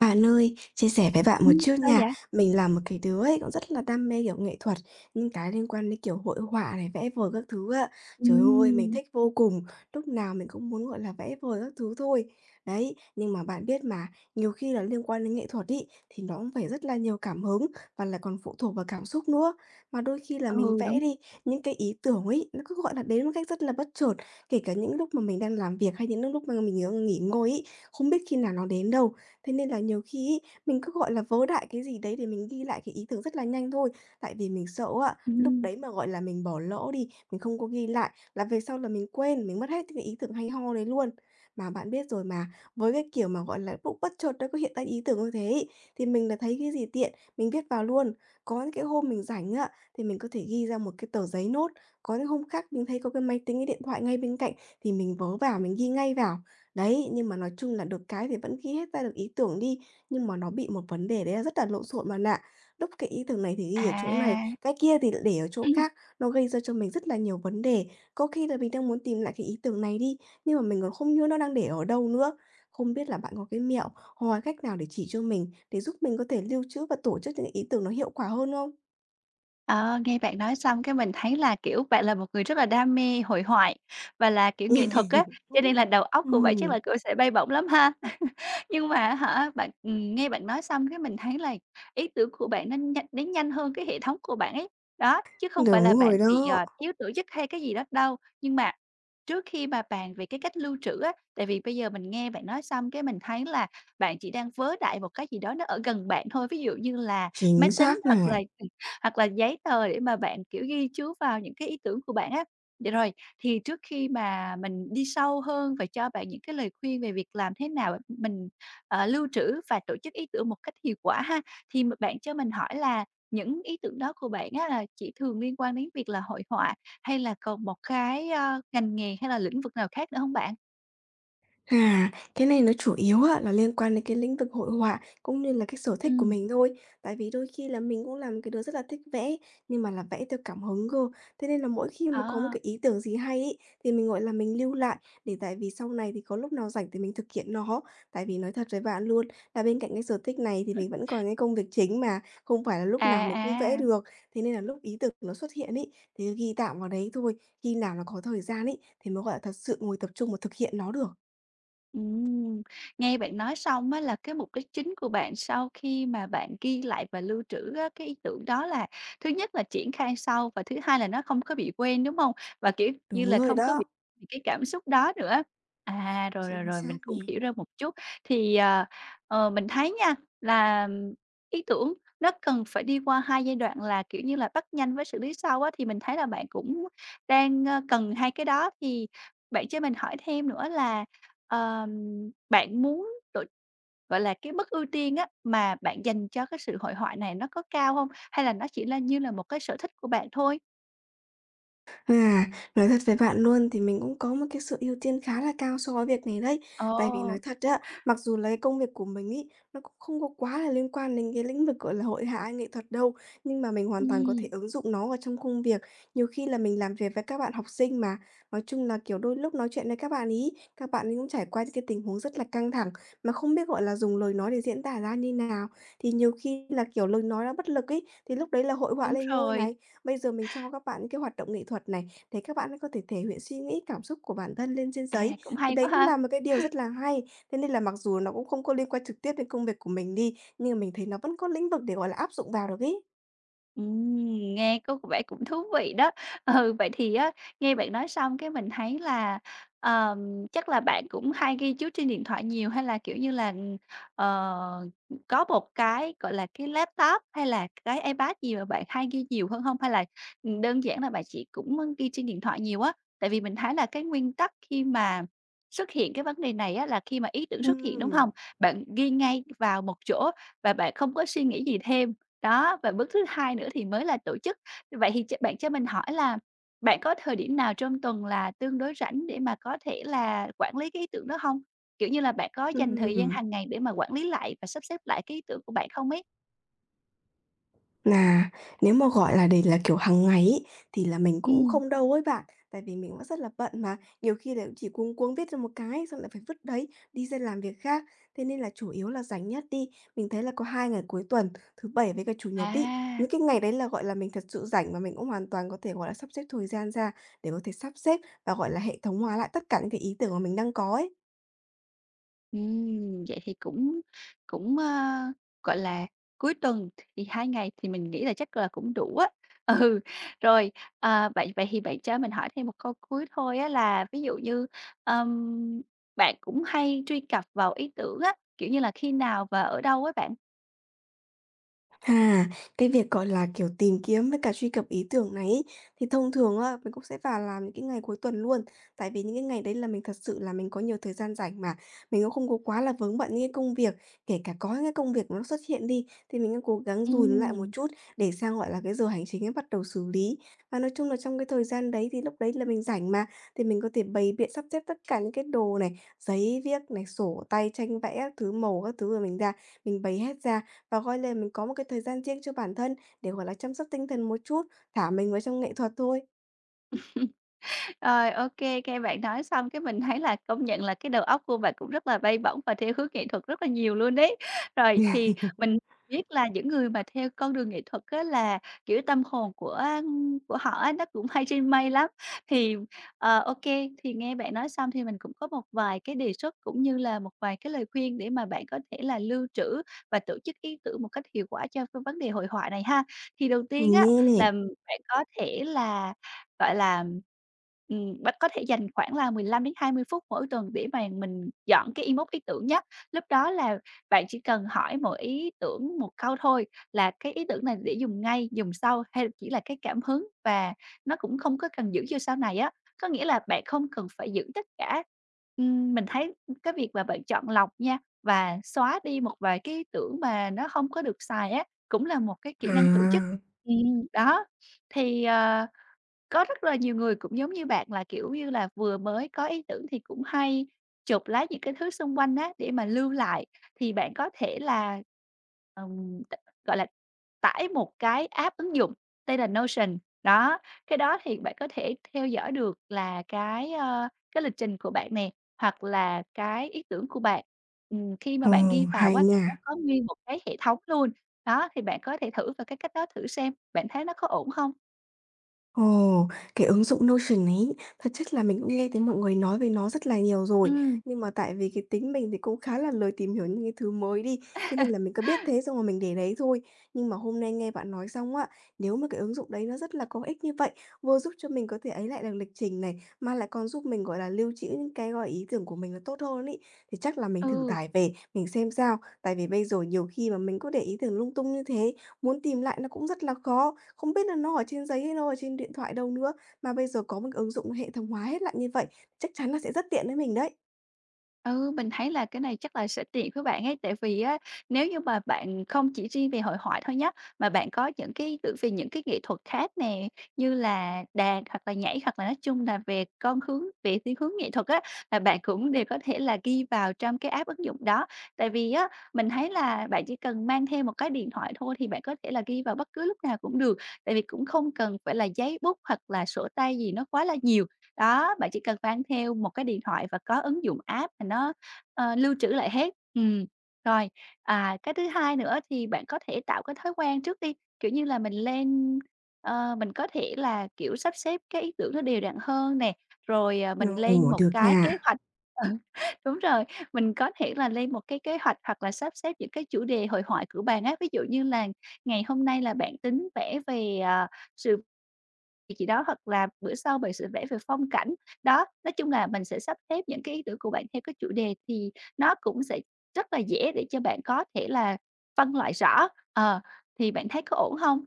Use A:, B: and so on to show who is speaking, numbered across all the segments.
A: Bạn ơi, chia sẻ với bạn một chút
B: Sao
A: nha.
B: vậy?
A: Mình là một cái đứa ấy cũng rất là đam mê, kiểu, nghệ thuật, những cái liên quan đến, kiểu, hội họa này, vẽ vời các thứ á. Trời ơi, mình
B: Ừm.
A: thích vô cùng, lúc nào mình cũng muốn, gọi là, vẽ vời các thứ thôi. Đấy, nhưng mà bạn biết mà, nhiều khi là liên quan đến nghệ thuật ấy, thì nó cũng phải rất là nhiều cảm hứng và là còn phụ thuộc vào cảm xúc nữa. Mà đôi khi là mình
B: Ừ, đúng.
A: vẽ đi, những cái ý tưởng ấy, nó cứ, gọi là, đến một cách rất là bất chợt, kể cả những lúc mà mình đang làm việc hay những lúc mà mình, nghỉ ngơi ấy, không biết khi nào nó đến đâu. Thế nên là nhiều khi ấy, mình cứ, gọi là, vớ đại cái gì đấy để mình ghi lại cái ý tưởng rất là nhanh thôi, tại vì mình sợ ạ lúc
B: Ừm.
A: đấy mà, gọi là, mình bỏ lỡ đi, mình không có ghi lại là về sau là mình quên, mình mất hết những cái ý tưởng hay ho đấy luôn. Mà bạn biết rồi mà, với cái kiểu mà, gọi là, lúc bất chợt nó có hiện ra ý tưởng như thế ấy, thì mình là thấy cái gì tiện, mình viết vào luôn. Có những cái hôm mình rảnh ạ thì mình có thể ghi ra một cái tờ giấy nốt, có những hôm khác mình thấy có cái máy tính, cái điện thoại ngay bên cạnh thì mình vớ vào, mình ghi ngay vào. Đấy, nhưng mà nói chung là được cái thì vẫn ghi hết ra được ý tưởng đi, nhưng mà nó bị một vấn đề đấy là rất là lộn xộn bạn ạ. Lúc cái ý tưởng này thì ghi ở chỗ này,
B: À.
A: cái kia thì lại để ở chỗ khác, nó gây ra cho mình rất là nhiều vấn đề. Có khi là mình đang muốn tìm lại cái ý tưởng này đi, nhưng mà mình còn không nhớ nó đang để ở đâu nữa. Không biết là bạn có cái mẹo hoặc là cách nào để chỉ cho mình, để giúp mình có thể lưu trữ và tổ chức những ý tưởng nó hiệu quả hơn không?
B: Ờ, Nghe bạn nói xong cái mình thấy là, kiểu, bạn là một người rất là đam mê hội họa và là, kiểu, nghệ thuật á, cho nên là đầu óc của bạn chắc là
A: Ừm,
B: cũng sẽ bay bổng lắm ha. Nhưng mà hả, bạn nghe bạn nói xong cái mình thấy là ý tưởng của bạn nó nhanh đến nhanh hơn cái hệ thống của bạn ấy. Đó, chứ không phải là
A: đúng
B: bạn
A: rồi
B: bị,
A: đó,
B: thiếu tổ chức hay cái gì đó đâu. Nhưng mà trước khi mà bàn về cái cách lưu trữ á, tại vì bây giờ mình nghe bạn nói xong cái mình thấy là bạn chỉ đang vớ đại một cái gì đó nó ở gần bạn thôi, ví dụ như là máy
A: chính
B: tính
A: xác
B: hoặc là
A: này.
B: hoặc là giấy tờ để mà bạn, kiểu, ghi chú vào những cái ý tưởng của bạn á. Dạ rồi, thì trước khi mà mình đi sâu hơn và cho bạn những cái lời khuyên về việc làm thế nào để mình, lưu trữ và tổ chức ý tưởng một cách hiệu quả ha, thì bạn cho mình hỏi là những ý tưởng đó của bạn á là chỉ thường liên quan đến việc là hội họa hay là còn một cái, ngành nghề hay là lĩnh vực nào khác nữa không bạn?
A: À, cái này nó chủ yếu á, là liên quan đến cái lĩnh vực hội họa cũng như là cái sở thích của
B: Ừm.
A: mình thôi. Tại vì đôi khi là mình cũng là một cái đứa rất là thích vẽ nhưng mà là vẽ theo cảm hứng cơ. Thế nên là mỗi khi mà có một
B: Ờ.
A: cái ý tưởng gì hay ấy, thì mình gọi là mình lưu lại để tại vì sau này thì có lúc nào rảnh thì mình thực hiện nó. Tại vì nói thật với bạn luôn là bên cạnh cái sở thích này thì mình vẫn còn cái công việc chính mà không phải là lúc
B: À,
A: nào mình cũng vẽ
B: à.
A: được. Thế nên là lúc ý tưởng nó xuất hiện ấy thì ghi tạm vào đấy thôi. Khi nào nó có thời gian ấy thì mới gọi là thật sự ngồi tập trung và thực hiện nó được.
B: Ừm, Nghe bạn nói xong á là cái mục đích chính của bạn sau khi mà bạn ghi lại và lưu trữ á, cái ý tưởng đó là thứ nhất là triển khai sau và thứ hai là nó không có bị quên, đúng không? Và, kiểu như
A: Đúng
B: là,
A: rồi
B: không có bị
A: đó,
B: bị cái cảm xúc đó nữa. À, rồi, rồi,
A: chính
B: rồi, mình
A: xác
B: cũng
A: nè.
B: hiểu ra một chút. Thì, mình thấy nha là ý tưởng nó cần phải đi qua 2 giai đoạn là, kiểu như là, bắt nhanh với xử lý sau á, thì mình thấy là bạn cũng đang, cần hai cái đó. Thì bạn cho mình hỏi thêm nữa là Ờm, bạn muốn tổ gọi là, cái mức ưu tiên á, mà bạn dành cho cái sự hội họa này nó có cao hông? Hay là nó chỉ là như là một cái sở thích của bạn thôi?
A: À, nói thật với bạn luôn thì mình cũng có một cái sự ưu tiên khá là cao so với việc này đấy. Tại vì
B: Ồ,
A: nói thật á, mặc dù là cái công việc của mình ấy, nó cũng không có quá là liên quan đến cái lĩnh vực, gọi là, hội họa hay nghệ thuật đâu, nhưng mà mình hoàn toàn có thể
B: ừm,
A: ứng dụng nó vào trong công việc. Nhiều khi là mình làm việc với các bạn học sinh mà, nói chung là, kiểu, đôi lúc nói chuyện với các bạn ấy cũng trải qua những cái tình huống rất là căng thẳng, mà không biết, gọi là, dùng lời nói để diễn tả ra như nào. Thì nhiều khi là, kiểu, lời nói nó bất lực ấy, thì lúc đấy là hội họa
B: đúng
A: lên ngôi
B: rồi.
A: này. Bây giờ mình cho các bạn những cái hoạt động nghệ thuật này, để các bạn ấy có thể thể hiện suy nghĩ, cảm xúc của bản thân lên trên
B: À,
A: giấy,
B: cũng
A: thì
B: hay
A: đấy
B: quá
A: cũng
B: ha.
A: là một cái điều rất là hay. Thế nên là mặc dù nó cũng không có liên quan trực tiếp đến công việc của mình đi, nhưng mà mình thấy nó vẫn có lĩnh vực để, gọi là, áp dụng vào được ấy.
B: Ừm, Nghe có vẻ cũng thú vị đó. Ừ, vậy thì á, nghe bạn nói xong cái mình thấy là, chắc là bạn cũng hay ghi chú trên điện thoại nhiều hay là, kiểu như là, ờ, có một cái, gọi là, cái laptop hay là cái iPad gì mà bạn hay ghi nhiều hơn không? Hay là, đơn giản là bạn chỉ cũng, ghi trên điện thoại nhiều á? Tại vì mình thấy là cái nguyên tắc khi mà xuất hiện cái vấn đề này á, là khi mà ý tưởng xuất hiện, đúng không,
A: Ừm.
B: bạn ghi ngay vào một chỗ và bạn không có suy nghĩ gì thêm. Đó, và bước thứ hai nữa thì mới là tổ chức. Vậy thì cho mình hỏi là bạn có thời điểm nào trong tuần là tương đối rảnh để mà có thể là quản lý cái ý tưởng đó không? Kiểu như là, bạn có dành thời gian
A: Ừm.
B: hàng ngày để mà quản lý lại và sắp xếp lại cái ý tưởng của bạn không ấy?
A: Nà, nếu mà, gọi là, để là, kiểu, hàng ngày ấy, thì là mình
B: Ừ,
A: cũng không đâu ấy bạn, tại vì mình cũng rất là bận mà, nhiều khi là cũng chỉ cuống cuống viết ra một cái xong lại phải vứt đấy, đi ra làm việc khác. Thế nên là chủ yếu là rảnh nhất đi, mình thấy là có 2 ngày cuối tuần, thứ Bảy với cả Chủ nhật đi
B: à.
A: những cái ngày đấy là, gọi là, mình thật sự rảnh và mình cũng hoàn toàn có thể, gọi là, sắp xếp thời gian ra để có thể sắp xếp và, gọi là, hệ thống hóa lại tất cả những cái ý tưởng mà mình đang có ấy.
B: Vậy thì cũng cũng, gọi là, cuối tuần thì 2 ngày thì mình nghĩ là chắc là cũng đủ á. Ừ, rồi, vậy vậy thì bạn cho mình hỏi thêm một câu cuối thôi á là ví dụ như, ờm, bạn cũng hay truy cập vào ý tưởng á, kiểu như là, khi nào và ở đâu á bạn?
A: À, cái việc, gọi là, kiểu, tìm kiếm với cả truy cập ý tưởng này ấy, thì thông thường á, mình cũng sẽ vào làm những cái ngày cuối tuần luôn. Tại vì những cái ngày đấy là mình thật sự là mình có nhiều thời gian rảnh mà, mình cũng không có quá là vướng bận những cái công việc. Kể cả có những cái công việc nó xuất hiện đi, thì mình cũng cố gắng dùi nó lại
B: Ừm.
A: một chút để sang, gọi là, cái giờ hành chính ấy bắt đầu xử lý. Và nói chung là trong cái thời gian đấy thì lúc đấy là mình rảnh mà, thì mình có thể bày biện sắp xếp tất cả những cái đồ này, giấy viết này, sổ tay, tranh vẽ, thứ màu các thứ là mình ra, mình bày hết ra. Và, gọi là, mình có một cái thời gian riêng cho bản thân để, gọi là, chăm sóc tinh thần một chút, thả mình vào trong nghệ thuật thôi.
B: Rồi, ok, nghe bạn nói xong cái mình thấy là công nhận là cái đầu óc của bạn cũng rất là bay bổng và theo hướng nghệ thuật rất là nhiều luôn đấy. Rồi thì mình biết là những người mà theo con đường nghệ thuật á là, kiểu, tâm hồn của, họ á nó cũng hay trên mây lắm. Thì, ờ, ô thì nghe bạn nói xong thì mình cũng có một vài cái đề xuất cũng như là một vài cái lời khuyên để mà bạn có thể là lưu trữ và tổ chức ý tưởng một cách hiệu quả cho cái vấn đề hội họa này ha. Thì đầu tiên
A: Mình
B: á
A: nghe nè.
B: là bạn có thể là, gọi là bạn có thể dành khoảng là 15 đến 20 phút mỗi tuần để mà mình dọn cái inbox ý tưởng nhá. Lúc đó là bạn chỉ cần hỏi mỗi ý tưởng một câu thôi là cái ý tưởng này để dùng ngay, dùng sau hay là chỉ là cái cảm hứng và nó cũng không có cần giữ cho sau này á. Có nghĩa là bạn không cần phải giữ tất cả. Mình thấy cái việc mà bạn chọn lọc nha và xóa đi một vài cái ý tưởng mà nó không có được xài á, cũng là một cái kỹ năng tổ chức.
A: À,
B: Đó, thì, có rất là nhiều người cũng giống như bạn là, kiểu như là, vừa mới có ý tưởng thì cũng hay chụp lấy những cái thứ xung quanh á, để mà lưu lại. Thì bạn có thể là, t gọi là, tải một cái app ứng dụng tên là Notion. Đó, cái đó thì bạn có thể theo dõi được là cái lịch trình của bạn nè, hoặc là cái ý tưởng của bạn. Khi mà bạn
A: ồ,
B: ghi vào
A: hay
B: quá thì nó
A: nha.
B: có nguyên một cái hệ thống luôn. Đó, thì bạn có thể thử vào cái cách đó thử xem, bạn thấy nó có ổn không?
A: Ồ, cái ứng dụng Notion ấy, thật chất là mình cũng nghe thấy mọi người nói về nó rất là nhiều rồi.
B: Ừm.
A: Nhưng mà tại vì cái tính mình thì cũng khá là lười tìm hiểu những cái thứ mới đi, thế nên là mình cứ biết thế xong rồi mình để đấy thôi. Nhưng mà hôm nay nghe bạn nói xong á, nếu mà cái ứng dụng đấy nó rất là có ích như vậy, vừa giúp cho mình có thể ấy lại được lịch trình này, mà lại còn giúp mình, gọi là, lưu trữ những cái, ý tưởng của mình là tốt hơn ấy, thì chắc là mình thử
B: Ừ,
A: tải về, mình xem sao. Tại vì bây giờ nhiều khi mà mình cứ để ý tưởng lung tung như thế Muốn tìm lại nó cũng rất là khó, không biết là nó ở trên giấy hay nó ở trên điện thoại đâu nữa. Mà bây giờ có một cái ứng dụng hệ thống hóa hết lại như vậy, chắc chắn là sẽ rất tiện với mình đấy.
B: ừ, mình thấy là cái này chắc là sẽ tiện với bạn ấy, tại vì á, nếu như mà bạn không chỉ riêng về hội họa thôi nhá, mà bạn có những cái tự vì những cái nghệ thuật khác nè, như là đàn hoặc là nhảy hoặc là nói chung là về thiên hướng nghệ thuật á, là bạn cũng đều có thể là ghi vào trong cái app ứng dụng đó. Tại vì á, mình thấy là bạn chỉ cần mang theo một cái điện thoại thôi thì bạn có thể là ghi vào bất cứ lúc nào cũng được, tại vì cũng không cần phải là giấy bút hoặc là sổ tay gì nó quá là nhiều. Đó, bạn chỉ cần mang theo một cái điện thoại và có ứng dụng app mà nó, lưu trữ lại hết. Rồi, à, cái thứ hai nữa thì bạn có thể tạo cái thói quen trước đi, kiểu như là, mình có thể là, kiểu, sắp xếp cái ý tưởng nó đều đặn hơn nè, rồi, à, mình lên
A: Ồ,
B: một
A: được
B: cái kế
A: nha.
B: hoạch. Ừ, đúng rồi, mình có thể là lên một cái kế hoạch hoặc là sắp xếp những cái chủ đề hội thoại của bạn á. Ví dụ như là ngày hôm nay là bạn tính vẽ về, sự thì gì đó, hoặc là bữa sau bạn sẽ vẽ về phong cảnh. Đó, nói chung là mình sẽ sắp xếp những cái ý tưởng của bạn theo cái chủ đề thì nó cũng sẽ rất là dễ để cho bạn có thể là phân loại rõ. Ờ, thì bạn thấy có ổn hông?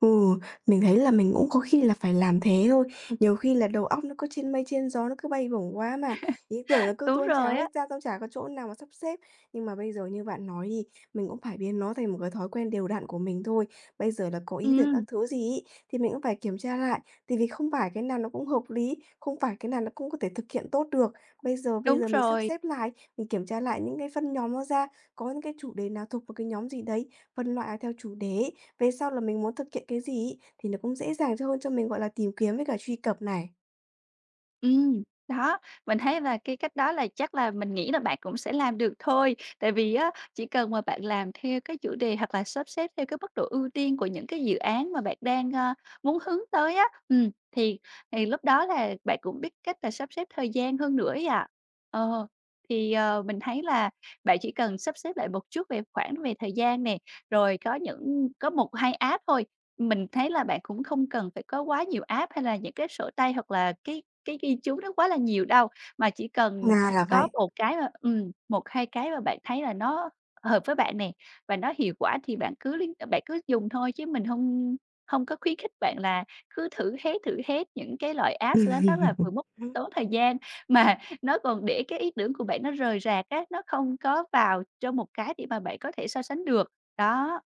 A: Ừ, mình thấy là mình cũng có khi là phải làm thế thôi. Nhiều khi là đầu óc nó cứ trên mây trên gió, nó cứ bay bổng quá mà, ý tưởng nó cứ
B: Đúng
A: tuôn
B: rồi
A: trào hết
B: á,
A: ra, xong chả có chỗ nào mà sắp xếp. Nhưng mà bây giờ như bạn nói thì mình cũng phải biến nó thành một cái thói quen đều đặn của mình thôi. Bây giờ là có ý tưởng
B: ừm,
A: các thứ gì ấy, thì mình cũng phải kiểm tra lại, tại vì không phải cái nào nó cũng hợp lý, không phải cái nào nó cũng có thể thực hiện tốt được. Bây giờ bây
B: đúng
A: giờ mình sắp
B: rồi.
A: xếp lại, mình kiểm tra lại những cái phân nhóm nó ra, có những cái chủ đề nào thuộc vào cái nhóm gì đấy, phân loại theo chủ đề ấy, về sau là mình muốn thực hiện cái gì ấy, thì nó cũng dễ dàng cho hơn cho mình, gọi là, tìm kiếm với cả truy cập này.
B: Ừm, Đó, mình thấy là cái cách đó là chắc là mình nghĩ là bạn cũng sẽ làm được thôi. Tại vì á, chỉ cần mà bạn làm theo cái chủ đề hoặc là sắp xếp theo cái mức độ ưu tiên của những cái dự án mà bạn đang, muốn hướng tới á, thì lúc đó là bạn cũng biết cách là sắp xếp thời gian hơn nữa ấy ạ. Ờ, thì, mình thấy là bạn chỉ cần sắp xếp lại một chút về thời gian nè, rồi có một 2 app thôi. Mình thấy là bạn cũng không cần phải có quá nhiều app hay là những cái sổ tay hoặc là cái ghi chú nó quá là nhiều đâu, mà chỉ cần
A: Na là
B: có
A: vậy.
B: một cái mà 1, 2 cái mà bạn thấy là nó hợp với bạn nè, và nó hiệu quả thì bạn cứ dùng thôi chứ mình hông hông có khuyến khích bạn là cứ thử hết những cái loại apps đó, nó là vừa mất tốn thời gian mà nó còn để cái ý tưởng của bạn nó rời rạc á, nó không có vào trong một cái để mà bạn có thể so sánh được. Đó.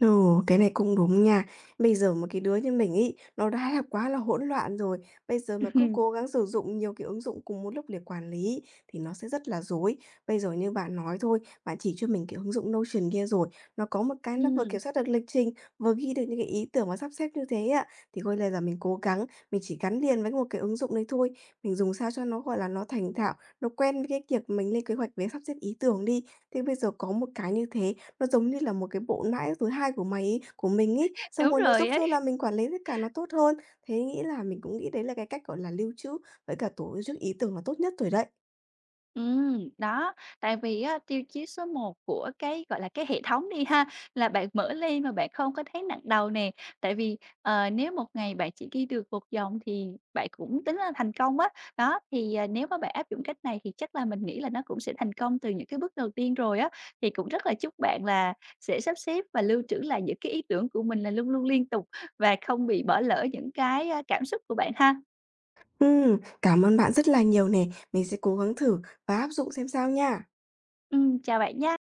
A: Ừ, cái này cũng đúng nha. Bây giờ một cái đứa như mình ấy, nó đã là quá là hỗn loạn rồi. Bây giờ mà cứ cố gắng sử dụng nhiều cái ứng dụng cùng một lúc để quản lý ấy, thì nó sẽ rất là rối. Bây giờ như bạn nói thôi, bạn chỉ cho mình cái ứng dụng Notion kia rồi. Nó có một cái nó vừa
B: Ừm,
A: kiểm soát được lịch trình, vừa ghi được những cái ý tưởng và sắp xếp như thế ạ. Thì coi là giờ mình cố gắng, mình chỉ gắn liền với một cái ứng dụng đấy thôi. Mình dùng sao cho nó gọi là nó thành thạo, nó quen với cái việc mình lên kế hoạch với sắp xếp ý tưởng đi. Thì bây giờ có một cái như thế nó giống như là một cái bộ não thứ hai của mình ấy, xong
B: đúng
A: rồi nó
B: rồi
A: giúp cho
B: ấy.
A: là mình quản lý tất cả nó tốt hơn. Thế nghĩ là mình cũng nghĩ đấy là cái cách, gọi là, lưu trữ với cả tổ chức ý tưởng là tốt nhất rồi đấy.
B: Ừ, đó, tại vì á, tiêu chí số một của cái, gọi là, cái hệ thống đi ha, là bạn mở lên mà bạn không có thấy nặng đầu nè. Tại vì, nếu một ngày bạn chỉ ghi được một dòng thì bạn cũng tính là thành công á. Đó, thì, nếu mà bạn áp dụng cách này thì chắc là mình nghĩ là nó cũng sẽ thành công từ những cái bước đầu tiên rồi á. Thì cũng rất là chúc bạn là sẽ sắp xếp và lưu trữ lại những cái ý tưởng của mình là luôn luôn liên tục và không bị bỏ lỡ những cái, cảm xúc của bạn ha.
A: Cảm ơn bạn rất là nhiều nè, mình sẽ cố gắng thử và áp dụng xem sao nha.
B: Ừ, chào bạn nha.